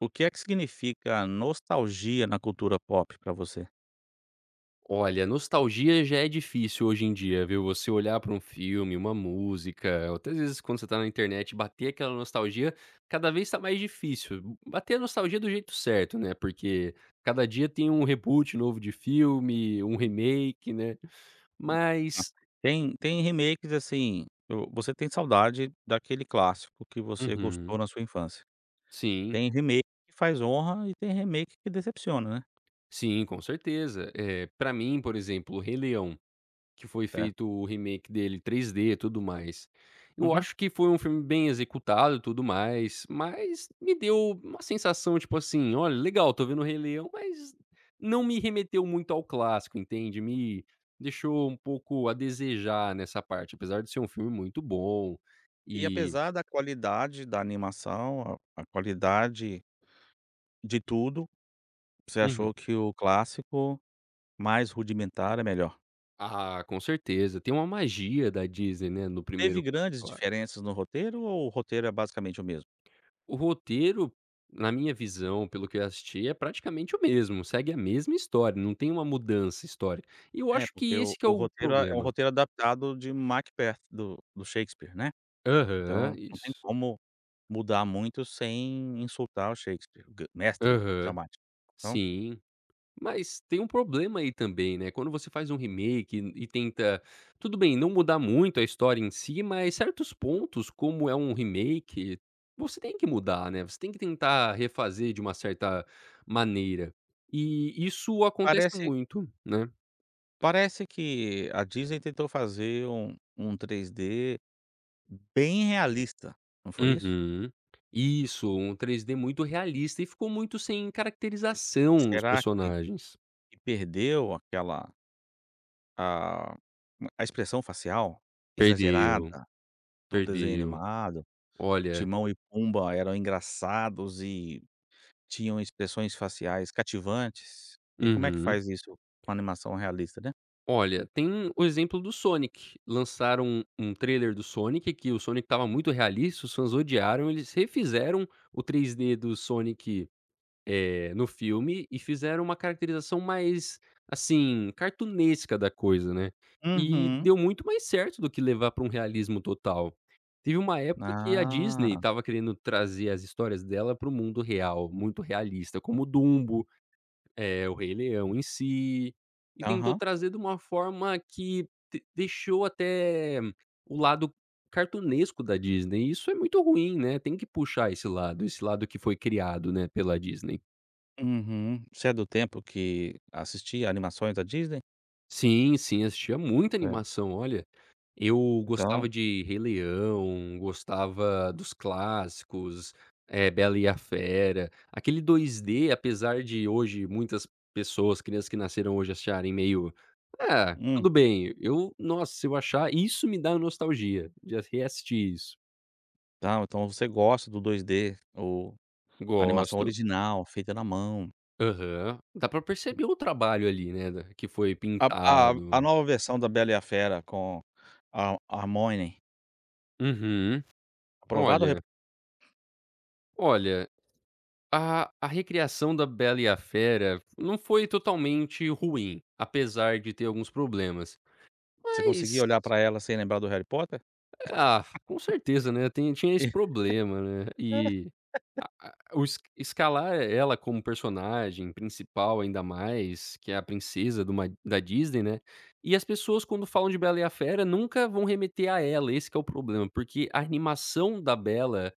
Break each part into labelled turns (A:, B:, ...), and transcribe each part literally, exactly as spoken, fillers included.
A: O que é que significa nostalgia na cultura pop pra você?
B: Olha, nostalgia já é difícil hoje em dia, viu? Você olhar pra um filme, uma música, ou até às vezes quando você tá na internet, bater aquela nostalgia, cada vez tá mais difícil. Hum, Bater a nostalgia do jeito certo, né? Porque cada dia tem um reboot novo de filme, um remake, né?
A: Hã.
B: Mas
A: Tem tem remakes, assim, o você tem saudade daquele clássico que você
B: Uhum.
A: gostou na sua infância.
B: Sim,
A: Tem remake que faz honra e tem remake que decepciona, né?
B: sim, com certeza. É, para mim, por exemplo, o Rei Leão. Que foi
A: Certo.
B: feito o remake dele três D e tudo mais. Eu
A: Uhum.
B: acho que foi um filme bem executado e tudo mais, mas me deu uma sensação, tipo assim: "Olha, legal, tô vendo o Rei Leão", mas não me remeteu muito ao clássico, entende? Me deixou um pouco a desejar nessa parte, apesar de ser um filme muito bom
A: E
B: e
A: apesar da qualidade da animação, a a qualidade de tudo, você
B: Uhum.
A: achou que o clássico mais rudimentar é melhor.
B: Ah, com certeza. Tem uma magia da Disney, né, no
A: Teve
B: primeiro
A: grandes diferenças no roteiro ou o roteiro é basicamente o mesmo?
B: O roteiro, na minha visão, pelo que eu assisti, é praticamente o mesmo, segue a mesma história, não tem uma mudança histórica. E eu
A: É,
B: acho que
A: porque o
B: esse que é
A: o
B: o
A: roteiro é é um
B: problema.
A: roteiro adaptado de Macbeth do do Shakespeare, né. Então,
B: Aham,
A: não tem
B: isso.
A: como mudar muito sem insultar o Shakespeare, o gran mestre
B: Aham,
A: dramático. Então,
B: sim. Mas tem um problema aí também, né, quando você faz um remake e e tenta tudo bem, não mudar muito a história em si, mas certos pontos, como é um remake, você tem que mudar, né, você tem que tentar refazer de uma certa maneira. E isso acontece
A: parece
B: muito, né.
A: parece que a Disney tentou fazer um um três D bem realista, não foi isso?
B: Uhum. Isso, um três D muito realista e ficou muito sem caracterização os
A: Será que
B: personagens.
A: que perdeu aquela a a expressão facial
B: Perdeu,
A: exagerada do desenho
B: perdeu.
A: animado?
B: Olha
A: Timão e Pumba eram engraçados e tinham expressões faciais cativantes. E como é que
B: uhum.
A: faz isso com animação realista, né?
B: Olha, tem o exemplo do Sonic. Lançaram um trailer do Sonic, que o Sonic estava muito realista, os fãs odiaram, eles refizeram o três D do Sonic Eh, no filme e fizeram uma caracterização mais, assim, cartunesca da coisa, né. E
A: Uhum.
B: deu muito mais certo do que levar pra um realismo total. Teve uma época que a Disney
A: Ah,
B: estava querendo trazer as histórias dela para o mundo real, muito realista, como Dumbo, eh, o Rei Leão em si, e tentou
A: aham,
B: trazer de uma forma que de deixou até o lado cartunesco da Disney, e isso é muito ruim, né, tem que puxar esse lado, esse lado que foi criado, né, pela Disney.
A: uhum. Você é do tempo que assistia animações da Disney?
B: Sim, sim, assistia muita
A: É.
B: animação, olha, eu
A: Então
B: gostava de Rei Leão, gostava dos clássicos, eh, Bela e a Fera, aquele dois d apesar de hoje muitas pessoas, crianças que nasceram hoje acharem meio: "Ah,
A: hum,
B: tudo bem", eu nossa, se eu achar isso me dá nostalgia, de reassistir isso.
A: tá, então você gosta do dois D ou animação
B: Gosto.
A: original, feita na mão.
B: Aham. Dá pra perceber o trabalho ali, né, da que foi
A: A a a
B: pintado.
A: nova versão da Bela e a Fera com a a Hermione,
B: Uhum.
A: aprovado? Ou
B: Olha
A: reprovada?
B: olha A a recriação da Bela e a Fera não foi totalmente ruim, apesar de ter alguns problemas.
A: Você conseguia
B: Mas
A: olhar pra ela sem lembrar do Harry Potter?
B: ah, com certeza, né, tem tinha esse problema, né, e a o es escalar ela como personagem principal, ainda mais, que é a princesa de uma da Disney, né, e as pessoas quando falam de Bela e a Fera nunca vão remeter a ela, esse que é o problema, porque a animação da Bela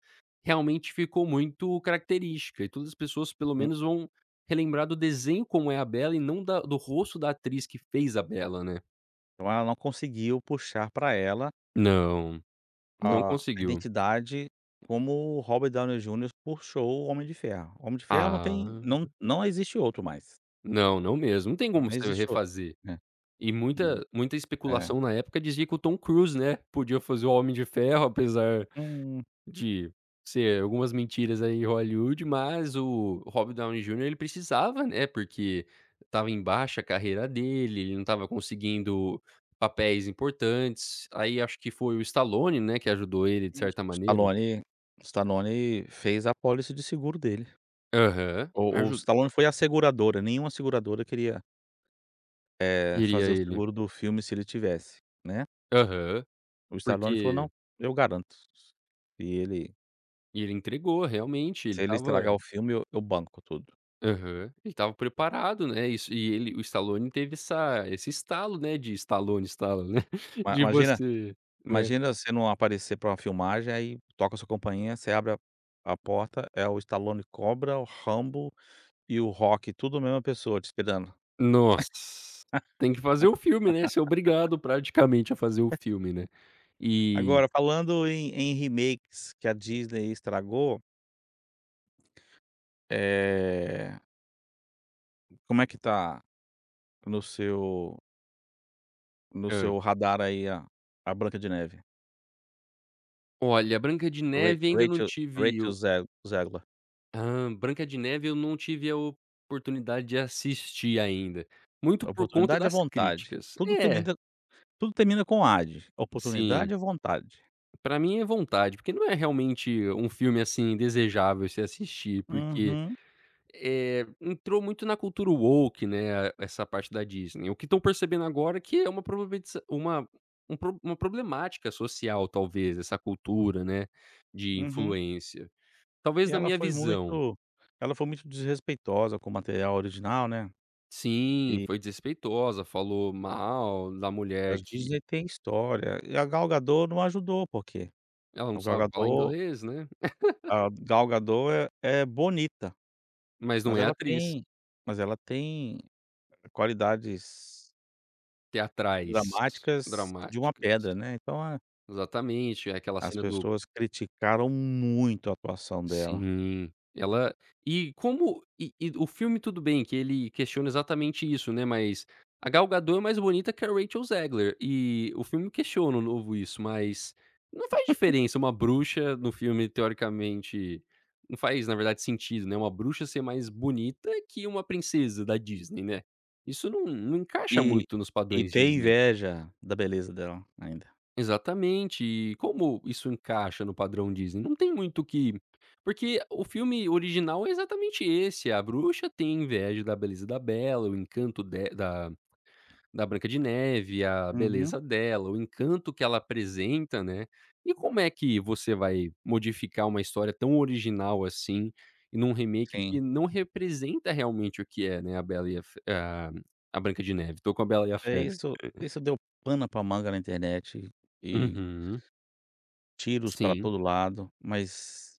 B: realmente ficou muito característica e todas as pessoas pelo
A: Hum.
B: menos vão relembrar do desenho como é a Bela e não da do rosto da atriz que fez a Bela, né.
A: Então ela não conseguiu puxar pra ela
B: Não, não
A: a
B: conseguiu.
A: identidade como o Robert Downey Júnior puxou o Homem de Ferro. O Homem de Ferro não tem
B: Ah,
A: não não existe outro mais,
B: não, não mesmo, não tem como
A: não
B: você
A: existe outro,
B: refazer.
A: né.
B: E muita muita
A: É.
B: especulação na época dizia que o Tom Cruise, né, podia fazer o Homem de Ferro, apesar
A: Hum,
B: de ser algumas mentiras aí em Hollywood, mas o Robert Downey Júnior ele precisava, né, porque estava em baixa a carreira dele, ele não estava conseguindo papéis importantes. Aí acho que foi o Stallone, né, que ajudou ele de
A: hum.
B: certa maneira.
A: Stallone Stallone fez a pólice de seguro dele.
B: Aham,
A: O o
B: aju
A: Stallone foi a seguradora, nenhuma seguradora queria, eh,
B: iria
A: fazer o
B: ele.
A: seguro do filme se ele tivesse, né.
B: Aham,
A: O Stallone falou:
B: porque
A: "Não, eu garanto". E ele:
B: e ele entregou realmente, ele
A: "Se ele
B: estava
A: estragar o filme eu eu banco tudo".
B: Aham. Ele estava preparado, né, isso e ele o Stallone teve essa esse estalo, né, de Stallone estala, né,
A: Ma
B: de
A: imagina.
B: você, né
A: Imagina você não aparecer pra uma filmagem, aí toca sua campainha, você abre a a porta, é o Stallone Cobra, o Rambo e o Rock, tudo a mesma pessoa te esperando.
B: nossa, tem que fazer o filme, né, ser obrigado praticamente a fazer o filme, né. E
A: Agora falando em em remakes que a Disney estragou, eh, como é que tá no seu no
B: hã.
A: seu radar aí a a Branca de Neve?
B: Olha, Branca de
A: Ra
B: Neve ainda não
A: Rachel
B: tive
A: Rachel
B: o
A: Ze Zegler.
B: hã, Branca de Neve eu não tive a oportunidade de assistir ainda, muito por conta
A: Oportunidade é
B: das
A: vontade.
B: críticas.
A: Tudo
B: É,
A: termina tudo termina com ad.
B: sim.
A: Oportunidade é vontade.
B: Pra mim é vontade, porque não é realmente um filme, assim, desejável se assistir, porque,
A: Uhum,
B: eh, entrou muito na cultura woke, né, essa parte da Disney. O que estão percebendo agora é que é uma problematiza uma um pro uma problemática social, talvez, essa cultura, né, de
A: uhum.
B: influência. Talvez
A: E
B: na
A: ela
B: minha
A: foi
B: visão.
A: muito, ela foi muito desrespeitosa com o material original, né,
B: Sim,
A: e
B: foi desrespeitosa, falou mal da mulher
A: as
B: que
A: Disney têm história, e a Gal Gadot não ajudou, porque
B: ela não
A: a Gal
B: sabe falar
A: Gadot
B: inglês, né,
A: a Gal Gadot é é bonita,
B: mas não
A: mas
B: é
A: ela
B: atriz.
A: tem, mas ela tem qualidades
B: Teatrais
A: dramáticas de uma
B: dramáticas.
A: pedra, né, então a,
B: Exatamente, é aquela
A: as
B: cena do
A: pessoas criticaram muito a atuação dela.
B: sim, ela e como e e o filme tudo bem que ele questiona exatamente isso, né, mas a Gal Gadot é mais bonita que a Rachel Zegler, e o filme questiona um novo isso, mas não faz diferença uma bruxa no filme teoricamente não faz, na verdade, sentido, né, uma bruxa ser mais bonita que uma princesa da Disney, né. Isso não não encaixa
A: E
B: muito nos
A: e
B: padrões
A: ter
B: Disney.
A: inveja da beleza dela ainda.
B: Exatamente. E como isso encaixa no padrão Disney? Não tem muito o que porque o filme original é exatamente esse, a bruxa tem inveja da beleza da Bela, o encanto de da da Branca de Neve, a
A: Uhum.
B: beleza dela, o encanto que ela apresenta, né. E como é que você vai modificar uma história tão original assim, e num remake que
A: Sim.
B: não representa realmente o que é, né, a Bela e a Fe a a Branca de Neve. Tô com a Bela e a
A: É,
B: Fera.
A: isso isso deu pano pra manga na internet e
B: Uhum.
A: tiros pra
B: Sim,
A: todo lado, mas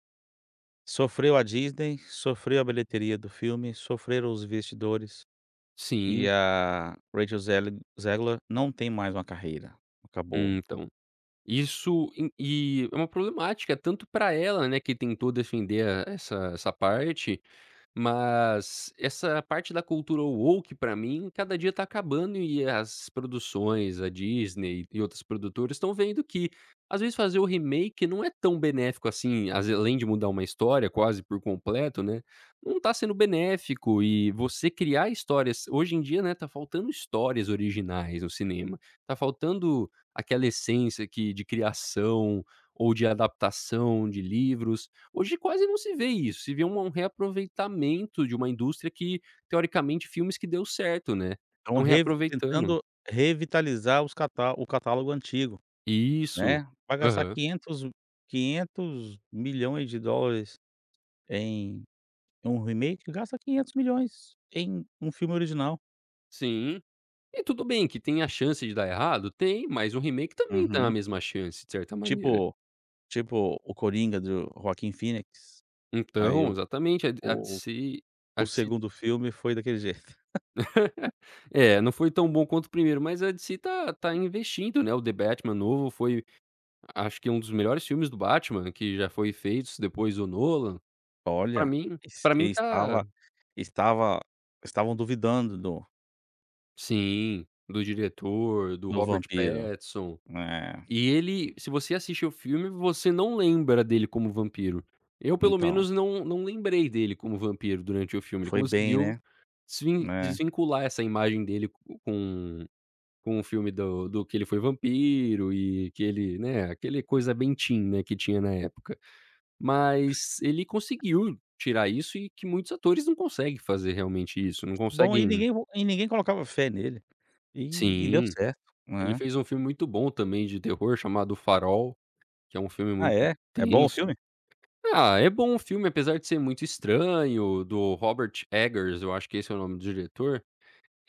A: sofreu a Disney, sofreu a bilheteria do filme, sofreram os investidores e
B: sim.
A: a Rachel Zegler Zegler não tem mais uma carreira, acabou.
B: Então Isso em e é uma problemática tanto para ela, né, que tentou defender a essa essa parte, mas essa parte da cultura woke pra mim, cada dia tá acabando e as produções, a Disney e outras produtoras estão vendo que, às vezes, fazer o remake não é tão benéfico assim, às ve além de mudar uma história quase por completo, né, não tá sendo benéfico e você criar histórias hoje em dia, né, tá faltando histórias originais no cinema, tá faltando aquela essência que de criação ou de adaptação de livros. Hoje quase não se vê isso, se vê um um reaproveitamento de uma indústria que, teoricamente, filmes que deu certo, né,
A: Estão
B: estão
A: revi
B: reaproveitando.
A: tentando revitalizar os catá o catálogo antigo,
B: Isso.
A: né, vai gastar
B: Aham.
A: quinhentos quinhentos milhões de dólares em um remake, gasta quinhentos milhões em um filme original.
B: Sim. E tudo bem que tem a chance de dar errado? Tem, mas um remake também tem a
A: Uhum.
B: mesma chance, de certa maneira.
A: Tipo tipo o Coringa do Joaquin Phoenix, aí
B: Então,
A: o
B: exatamente, a D a D C a
A: o
B: D C
A: segundo filme foi daquele jeito.
B: é, não foi tão bom quanto o primeiro, mas a D C tá tá investindo, né, o The Batman novo foi, acho que um dos melhores filmes do Batman que já foi feitos depois do Nolan. Pra
A: Olha,
B: mim
A: es
B: pra mim tá
A: estava estava estavam duvidando do
B: Sim, do diretor, do
A: do
B: Robert
A: vampiro.
B: Pattinson.
A: É,
B: E ele se você assiste o filme, você não lembra dele como vampiro. Eu, pelo
A: então,
B: menos, não não lembrei dele como vampiro durante o filme. Ele
A: foi bem,
B: conseguiu
A: né.
B: desvin
A: É.
B: desvincular essa imagem dele co com com o filme do do que ele foi vampiro e que ele, né, aquele coisa bem teen, né, que tinha na época. Mas ele conseguiu tirar isso e que muitos atores não conseguem fazer realmente isso, não
A: Que bom, e
B: conseguem
A: ninguém e ninguém colocava fé nele, e e deu
B: sim.
A: certo,
B: Ele
A: né.
B: fez um filme muito bom também de terror chamado O Farol, que é um filme
A: Ah
B: muito
A: é? É bom o
B: tenso.
A: filme?
B: Ah, é bom o filme, apesar de ser muito estranho, do Robert Eggers, eu acho que esse é o nome do diretor.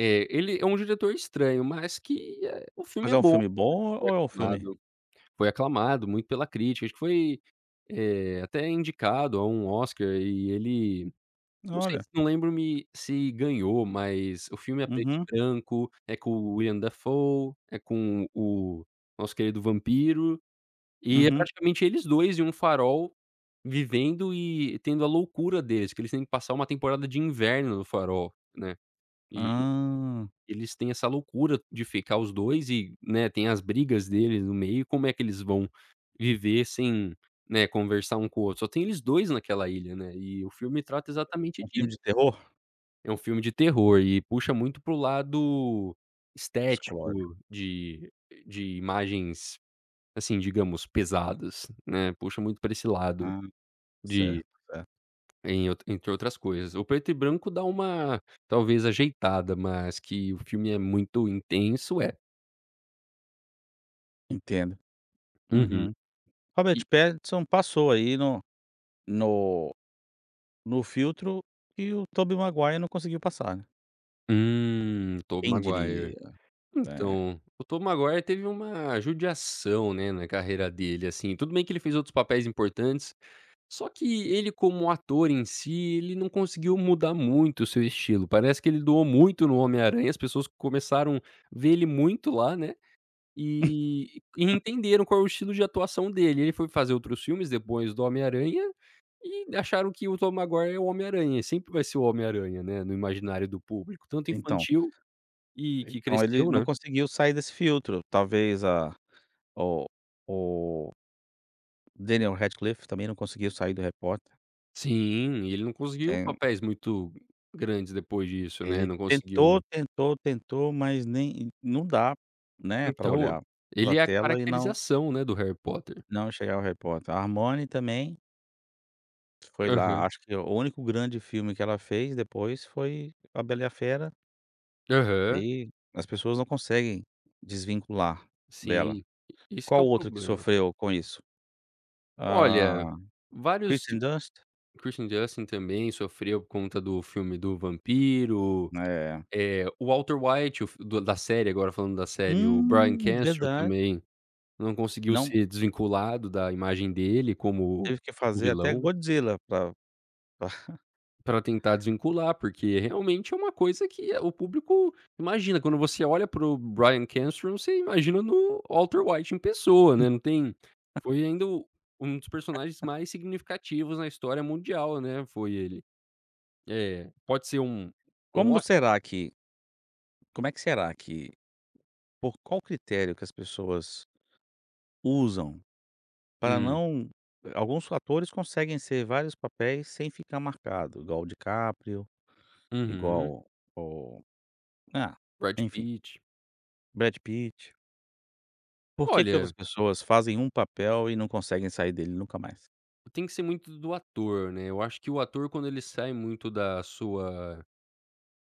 B: É, ele é um diretor estranho, mas que, eh, o filme
A: Mas
B: é
A: é um
B: bom,
A: filme
B: ele
A: bom
B: foi
A: ou é um filme
B: aclamado foi aclamado muito pela crítica, acho que foi, eh, até indicado a um Oscar e ele não sei
A: olha,
B: se não lembro-me se ganhou, mas o filme é preto e
A: uhum,
B: branco, é com o Willem Dafoe, é com o nosso querido vampiro, e é
A: uhum.
B: praticamente eles dois em um farol, vivendo e tendo a loucura deles, que eles têm que passar uma temporada de inverno no farol, né. E
A: Ah,
B: eles têm essa loucura de ficar os dois e, né, tem as brigas deles no meio, como é que eles vão viver sem, né, conversar um com o outro. Só tem eles dois naquela ilha, né, e o filme trata exatamente
A: é um
B: disso.
A: filme de terror?
B: É um filme de terror e puxa muito pro lado
A: Psicológico.
B: estético de de imagens, assim, digamos, pesadas, né, puxa muito para esse lado
A: Ah,
B: de
A: certo, certo.
B: em out entre outras coisas. O preto e branco dá uma, talvez, ajeitada, mas que o filme é muito intenso, é.
A: Entendo.
B: Uhum.
A: Uhum. Robert
B: E
A: Pattinson passou aí no no no filtro e o Tobey Maguire não conseguiu passar, né.
B: hum, Tobey
A: Quem
B: Maguire.
A: diria, né.
B: Então, o Tobey Maguire teve uma judiação, né, na carreira dele, assim, tudo bem que ele fez outros papéis importantes Só que ele como ator em si, ele não conseguiu mudar muito o seu estilo, parece que ele doou muito no Homem-Aranha, as pessoas começaram a ver ele muito lá, né, e e entenderam qual é o estilo de atuação dele. Ele foi fazer outros filmes depois do Homem-Aranha e acharam que o Tom Maguire é o Homem-Aranha, sempre vai ser o Homem-Aranha, né, no imaginário do público, tanto
A: Então
B: infantil e que
A: então ele
B: cresceu,
A: não
B: né.
A: conseguiu sair desse filtro, talvez a, o o Daniel Radcliffe também não conseguiu sair do repórter.
B: Sim, ele não conseguiu
A: Potter, eh,
B: papéis muito grandes depois disso, né,
A: ele
B: não
A: tentou,
B: conseguiu
A: tentou, tentou, mas nem não dá, né, para
B: Então,
A: olhar para
B: ele
A: a
B: é a
A: tela e não
B: caracterização, né, do Harry Potter.
A: não chegar ao repórter. Potter. A Hermione também foi lá,
B: Aham,
A: acho que o único grande filme que ela fez depois foi A Bela e a Fera,
B: aham,
A: e as pessoas não conseguem desvincular dela.
B: sim, esse que é
A: Qual
B: o
A: outra que
B: problema.
A: sofreu com isso? Ah,
B: Olha, vários
A: Kristen
B: ti
A: Dunst?
B: Christian Justin também sofreu por conta do filme do vampiro,
A: É.
B: eh, o Walter White, o f do da série agora falando da série, o Bryan
A: Hum,
B: Cranston
A: verdade.
B: também não conseguiu
A: Não,
B: ser desvinculado da imagem dele como
A: teve que
B: o
A: fazer até
B: vilão.
A: Godzilla pra pra
B: Pra tentar desvincular, porque realmente é uma coisa que é, o público imagina, quando você olha para o Bryan Cranston, você imagina no Walter White em pessoa, né, não tem foi ainda o um dos personagens mais significativos na história mundial, né, foi ele. É, pode ser um um
A: como
B: ó
A: será que, como é que será que, por qual critério que as pessoas usam para
B: hum,
A: não, alguns atores conseguem ser vários papéis sem ficar marcado, igual o DiCaprio.
B: uhum,
A: Igual o, ah,
B: Brad
A: enfim,
B: Pitt.
A: Brad Pitt. Por que que outras
B: Olha,
A: pessoas fazem um papel e não conseguem sair dele nunca mais?
B: tem que ser muito do ator, né, eu acho que o ator quando ele sai muito da sua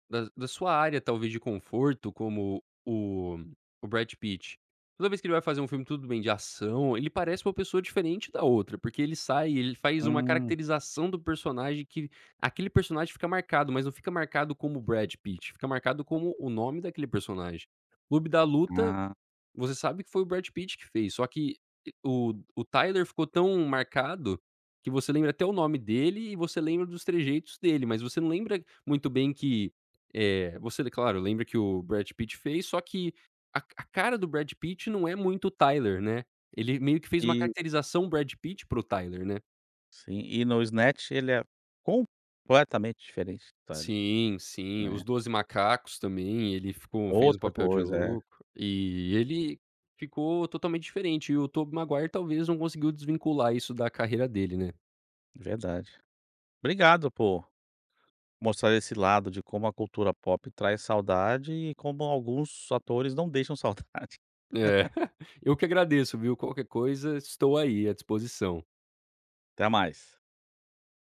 B: Da da sua área, talvez, de conforto, como o o Brad Pitt, toda vez que ele vai fazer um filme, tudo bem, de ação, ele parece uma pessoa diferente da outra, porque ele sai, ele faz uma
A: Hum,
B: caracterização do personagem que aquele personagem fica marcado, mas não fica marcado como Brad Pitt, fica marcado como o nome daquele personagem. Clube da Luta
A: ah,
B: você sabe que foi o Brad Pitt que fez, só que e o o Tyler ficou tão marcado, que você lembra até o nome dele e você lembra dos trejeitos dele, mas você não lembra muito bem que, eh, você, claro, lembra que o Brad Pitt fez, só que a a cara do Brad Pitt não é muito o Tyler, né. Ele meio que fez uma
A: e
B: caracterização Brad Pitt para o Tyler, né.
A: sim, e no Snatch ele é completamente diferente, tá
B: Sim, sim. Os
A: né.
B: Doze Macacos também, ele ficou fez o
A: Outra
B: papel de
A: coisa, é,
B: louco, e ele ficou totalmente diferente, e o Tobey Maguire talvez não conseguiu desvincular isso da carreira dele, né.
A: verdade. Obrigado por mostrar esse lado de como a cultura pop traz saudade e como alguns atores não deixam saudade.
B: É, eu que agradeço, viu. Qualquer coisa, estou aí à disposição.
A: Até mais.